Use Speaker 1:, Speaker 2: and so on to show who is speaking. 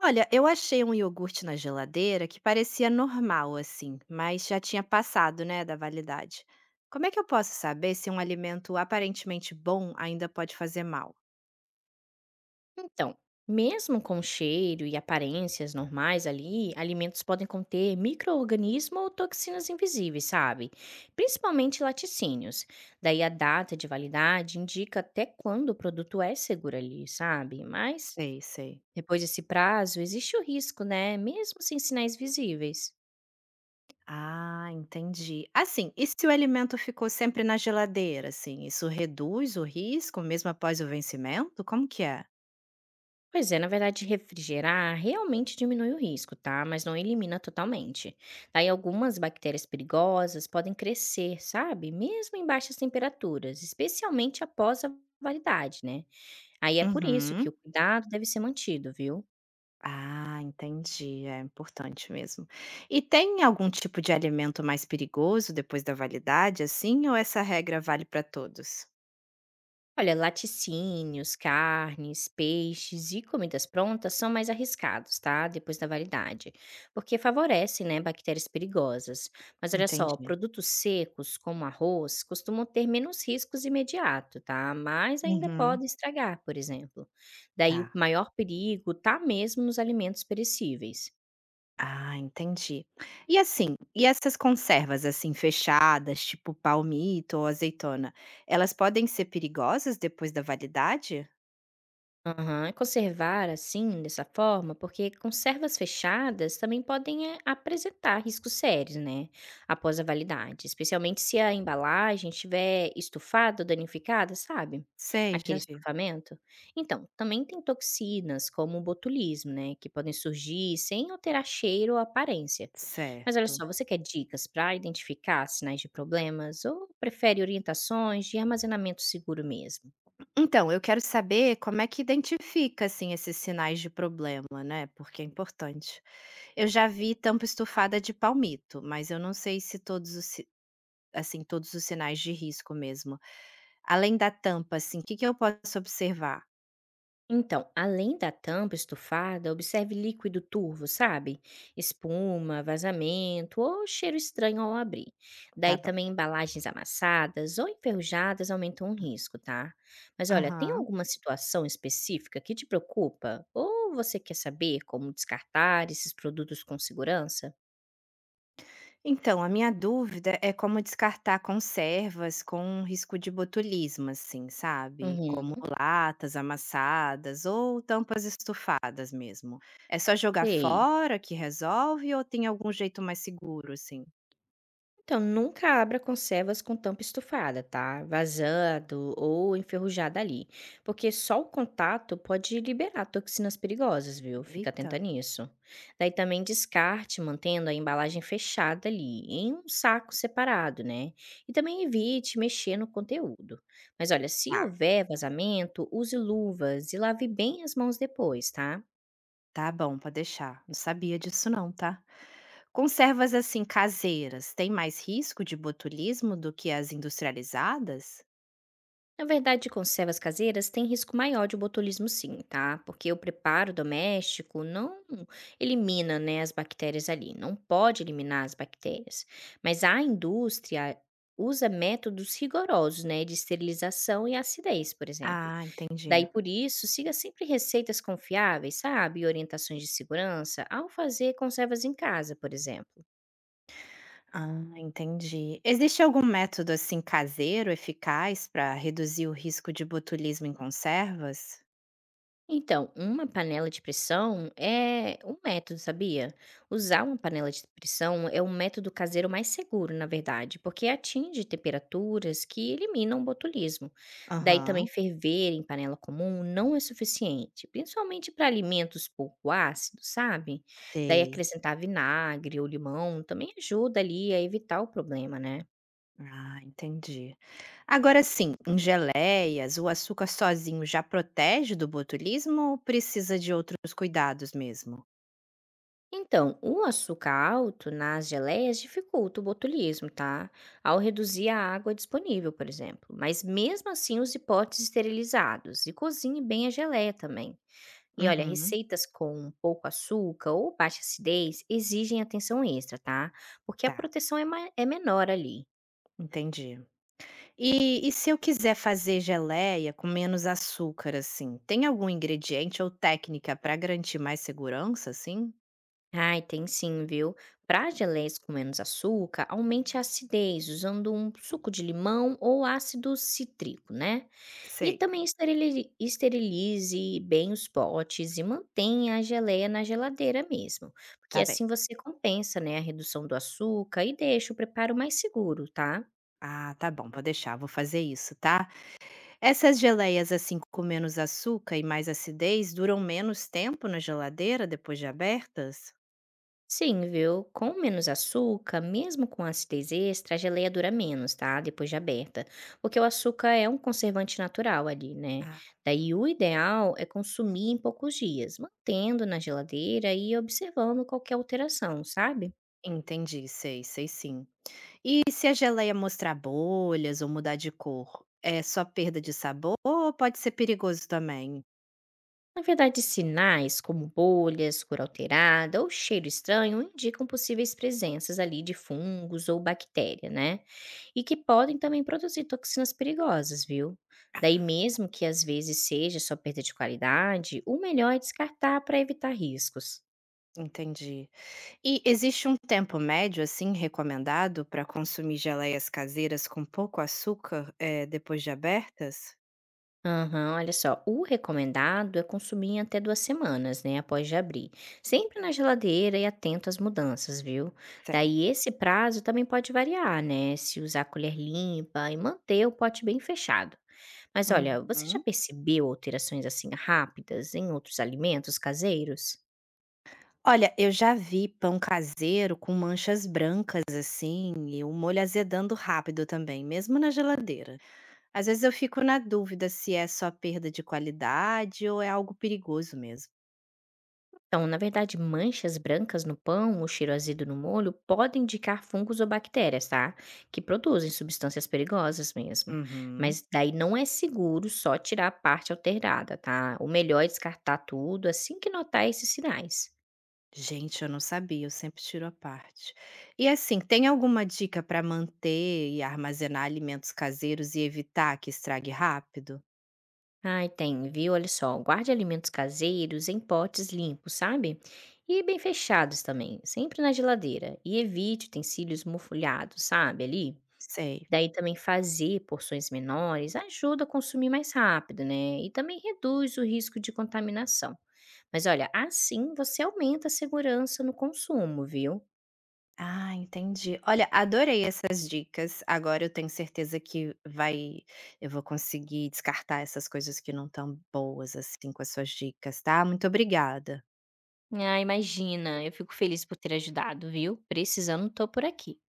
Speaker 1: Olha, eu achei um iogurte na geladeira que parecia normal, assim, mas já tinha passado, né, da validade. Como é que eu posso saber se um alimento aparentemente bom ainda pode fazer mal?
Speaker 2: Então, mesmo com cheiro e aparências normais ali, alimentos podem conter micro-organismos ou toxinas invisíveis, sabe? Principalmente laticínios. Daí a data de validade indica até quando o produto é seguro ali, sabe? Mas
Speaker 1: Sei, sei.
Speaker 2: depois desse prazo, existe o risco, né? Mesmo sem sinais visíveis.
Speaker 1: Ah, entendi. Assim, e se o alimento ficou sempre na geladeira, assim, isso reduz o risco mesmo após o vencimento? Como que é?
Speaker 2: Pois é, na verdade, refrigerar realmente diminui o risco, tá? Mas não elimina totalmente. Daí, algumas bactérias perigosas podem crescer, sabe? Mesmo em baixas temperaturas, especialmente após a validade, né? Aí é por isso que
Speaker 1: Uhum.
Speaker 2: o cuidado deve ser mantido, viu?
Speaker 1: Ah, entendi. É importante mesmo. E tem algum tipo de alimento mais perigoso depois da validade, assim, ou essa regra vale para todos?
Speaker 2: Olha, laticínios, carnes, peixes e comidas prontas são mais arriscados, tá? Depois da validade, porque favorecem, né, bactérias perigosas. Mas olha só,
Speaker 1: Entendi.
Speaker 2: produtos secos, como arroz, costumam ter menos riscos imediato, tá? Mas ainda
Speaker 1: Uhum,
Speaker 2: podem estragar, por exemplo. Daí o
Speaker 1: tá.
Speaker 2: maior perigo tá mesmo nos alimentos perecíveis.
Speaker 1: Ah, entendi. E assim, e essas conservas assim fechadas, tipo palmito ou azeitona, elas podem ser perigosas depois da validade?
Speaker 2: Aham, conservar assim, dessa forma, porque conservas fechadas também podem apresentar riscos sérios, né? Após a validade, especialmente se a embalagem estiver estufada ou danificada, sabe?
Speaker 1: Sei,
Speaker 2: Aquele
Speaker 1: já vi.
Speaker 2: estufamento. Então, também tem toxinas como o botulismo, né? Que podem surgir sem alterar cheiro ou aparência. Mas olha
Speaker 1: Certo.
Speaker 2: só, você quer dicas para identificar sinais de problemas ou prefere orientações de armazenamento seguro mesmo?
Speaker 1: Então, eu quero saber como é que identifica assim esses sinais de problema, né? Porque é importante. Eu já vi tampa estufada de palmito, mas eu não sei se todos os si assim, todos os sinais de risco mesmo. Além da tampa, assim, o que que eu posso observar?
Speaker 2: Então, além da tampa estufada, observe líquido turvo, sabe? Espuma, vazamento ou cheiro estranho ao abrir.
Speaker 1: Tá
Speaker 2: Daí
Speaker 1: bom.
Speaker 2: também embalagens amassadas ou enferrujadas aumentam o risco, tá? Mas olha, tem
Speaker 1: Aham.
Speaker 2: alguma situação específica que te preocupa? Ou você quer saber como descartar esses produtos com segurança?
Speaker 1: Então, a minha dúvida é como descartar conservas com risco de botulismo, assim, sabe, como
Speaker 2: Uhum,
Speaker 1: latas amassadas ou tampas estufadas mesmo. É só jogar
Speaker 2: sei.
Speaker 1: fora que resolve ou tem algum jeito mais seguro, assim?
Speaker 2: Então, nunca abra conservas com tampa estufada, tá? Vazando ou enferrujada ali, porque só o contato pode liberar toxinas perigosas, viu? Fica atenta
Speaker 1: Eita.
Speaker 2: nisso. Daí também descarte, mantendo a embalagem fechada ali, em um saco separado, né? E também evite mexer no conteúdo. Mas olha, se
Speaker 1: Ah,
Speaker 2: houver vazamento, use luvas e lave bem as mãos depois, tá?
Speaker 1: tá bom, pode deixar. Não sabia disso não, tá. Conservas assim caseiras têm mais risco de botulismo do que as industrializadas?
Speaker 2: Na verdade, conservas caseiras têm risco maior de botulismo sim, tá? Porque o preparo doméstico não elimina, né, as bactérias ali, não pode eliminar as bactérias. Mas a indústria usa métodos rigorosos, né, de esterilização e acidez, por exemplo.
Speaker 1: Ah, entendi.
Speaker 2: Daí por isso, siga sempre receitas confiáveis, sabe? E orientações de segurança ao fazer conservas em casa, por exemplo.
Speaker 1: Ah, entendi. Existe algum método assim caseiro eficaz para reduzir o risco de botulismo em conservas?
Speaker 2: Então, uma panela de pressão é um método, sabia? Usar uma panela de pressão é um método caseiro mais seguro, na verdade, porque atinge temperaturas que eliminam o botulismo. Daí também
Speaker 1: Aham,
Speaker 2: ferver em panela comum não é suficiente, principalmente para alimentos pouco ácidos, sabe? Daí
Speaker 1: sei.
Speaker 2: acrescentar vinagre ou limão também ajuda ali a evitar o problema, né?
Speaker 1: Ah, entendi. Agora sim, em geleias, o açúcar sozinho já protege do botulismo ou precisa de outros cuidados mesmo?
Speaker 2: Então, o açúcar alto nas geleias dificulta o botulismo, tá? Ao reduzir a água disponível, por exemplo. Mas mesmo assim, use potes esterilizados e cozinhe bem a geleia também. E olha,
Speaker 1: Uhum,
Speaker 2: receitas com pouco açúcar ou baixa acidez exigem atenção extra, tá? Porque a
Speaker 1: tá,
Speaker 2: proteção é, é menor ali.
Speaker 1: entendi. E se eu quiser fazer geleia com menos açúcar, assim, tem algum ingrediente ou técnica para garantir mais segurança, assim?
Speaker 2: Ai, tem sim, viu? Para geleias com menos açúcar, aumente a acidez usando um suco de limão ou ácido cítrico, né? E
Speaker 1: Sei.
Speaker 2: também esterilize bem os potes e mantenha a geleia na geladeira mesmo, porque
Speaker 1: Tá bem.
Speaker 2: assim você compensa, né, a redução do açúcar e deixa o preparo mais seguro, tá?
Speaker 1: Ah, tá bom, vou deixar, vou fazer isso, tá? Essas geleias, assim, com menos açúcar e mais acidez, duram menos tempo na geladeira depois de abertas?
Speaker 2: Sim, viu? Com menos açúcar, mesmo com acidez extra, a geleia dura menos, tá? Depois de aberta. Porque o açúcar é um conservante natural ali, né?
Speaker 1: Ah,
Speaker 2: Daí o ideal é consumir em poucos dias, mantendo na geladeira e observando qualquer alteração, sabe?
Speaker 1: entendi, sei, sei sim. E se a geleia mostrar bolhas ou mudar de cor, é só perda de sabor ou pode ser perigoso também?
Speaker 2: Na verdade, sinais como bolhas, cor alterada ou cheiro estranho indicam possíveis presenças ali de fungos ou bactéria, né? E que podem também produzir toxinas perigosas, viu? Daí mesmo que às vezes seja só perda de qualidade, o melhor é descartar para evitar riscos.
Speaker 1: Entendi. E existe um tempo médio, assim, recomendado para consumir geleias caseiras com pouco açúcar, depois de abertas?
Speaker 2: Aham, olha só, o recomendado é consumir em até 2 semanas, né, após de abrir. Sempre na geladeira e atento às mudanças, viu? Daí
Speaker 1: Certo.
Speaker 2: esse prazo também pode variar, né, se usar colher limpa e manter o pote bem fechado. Mas olha, você já
Speaker 1: Uhum.
Speaker 2: percebeu alterações assim rápidas em outros alimentos caseiros?
Speaker 1: Olha, eu já vi pão caseiro com manchas brancas, assim, e o molho azedando rápido também, mesmo na geladeira. Às vezes eu fico na dúvida se é só perda de qualidade ou é algo perigoso mesmo.
Speaker 2: Então, na verdade, manchas brancas no pão ou cheiro azedo no molho podem indicar fungos ou bactérias, tá? Que produzem substâncias perigosas mesmo.
Speaker 1: Uhum.
Speaker 2: Mas daí não é seguro só tirar a parte alterada, tá? O melhor é descartar tudo assim que notar esses sinais.
Speaker 1: Gente, eu não sabia, eu sempre tiro à parte. E assim, tem alguma dica para manter e armazenar alimentos caseiros e evitar que estrague rápido?
Speaker 2: Ai, tem, viu? Olha só, guarde alimentos caseiros em potes limpos, sabe? E bem fechados também, sempre na geladeira. E evite utensílios mofulhados, sabe? Ali.
Speaker 1: Sei.
Speaker 2: Daí também fazer porções menores ajuda a consumir mais rápido, né, e também reduz o risco de contaminação. Mas olha, assim você aumenta a segurança no consumo, viu?
Speaker 1: Ah, entendi. Olha, adorei essas dicas. Agora eu tenho certeza que vai, eu vou conseguir descartar essas coisas que não estão boas assim com as suas dicas, tá? Muito obrigada.
Speaker 2: Ah, imagina. Eu fico feliz por ter ajudado, viu? Precisando, tô por aqui.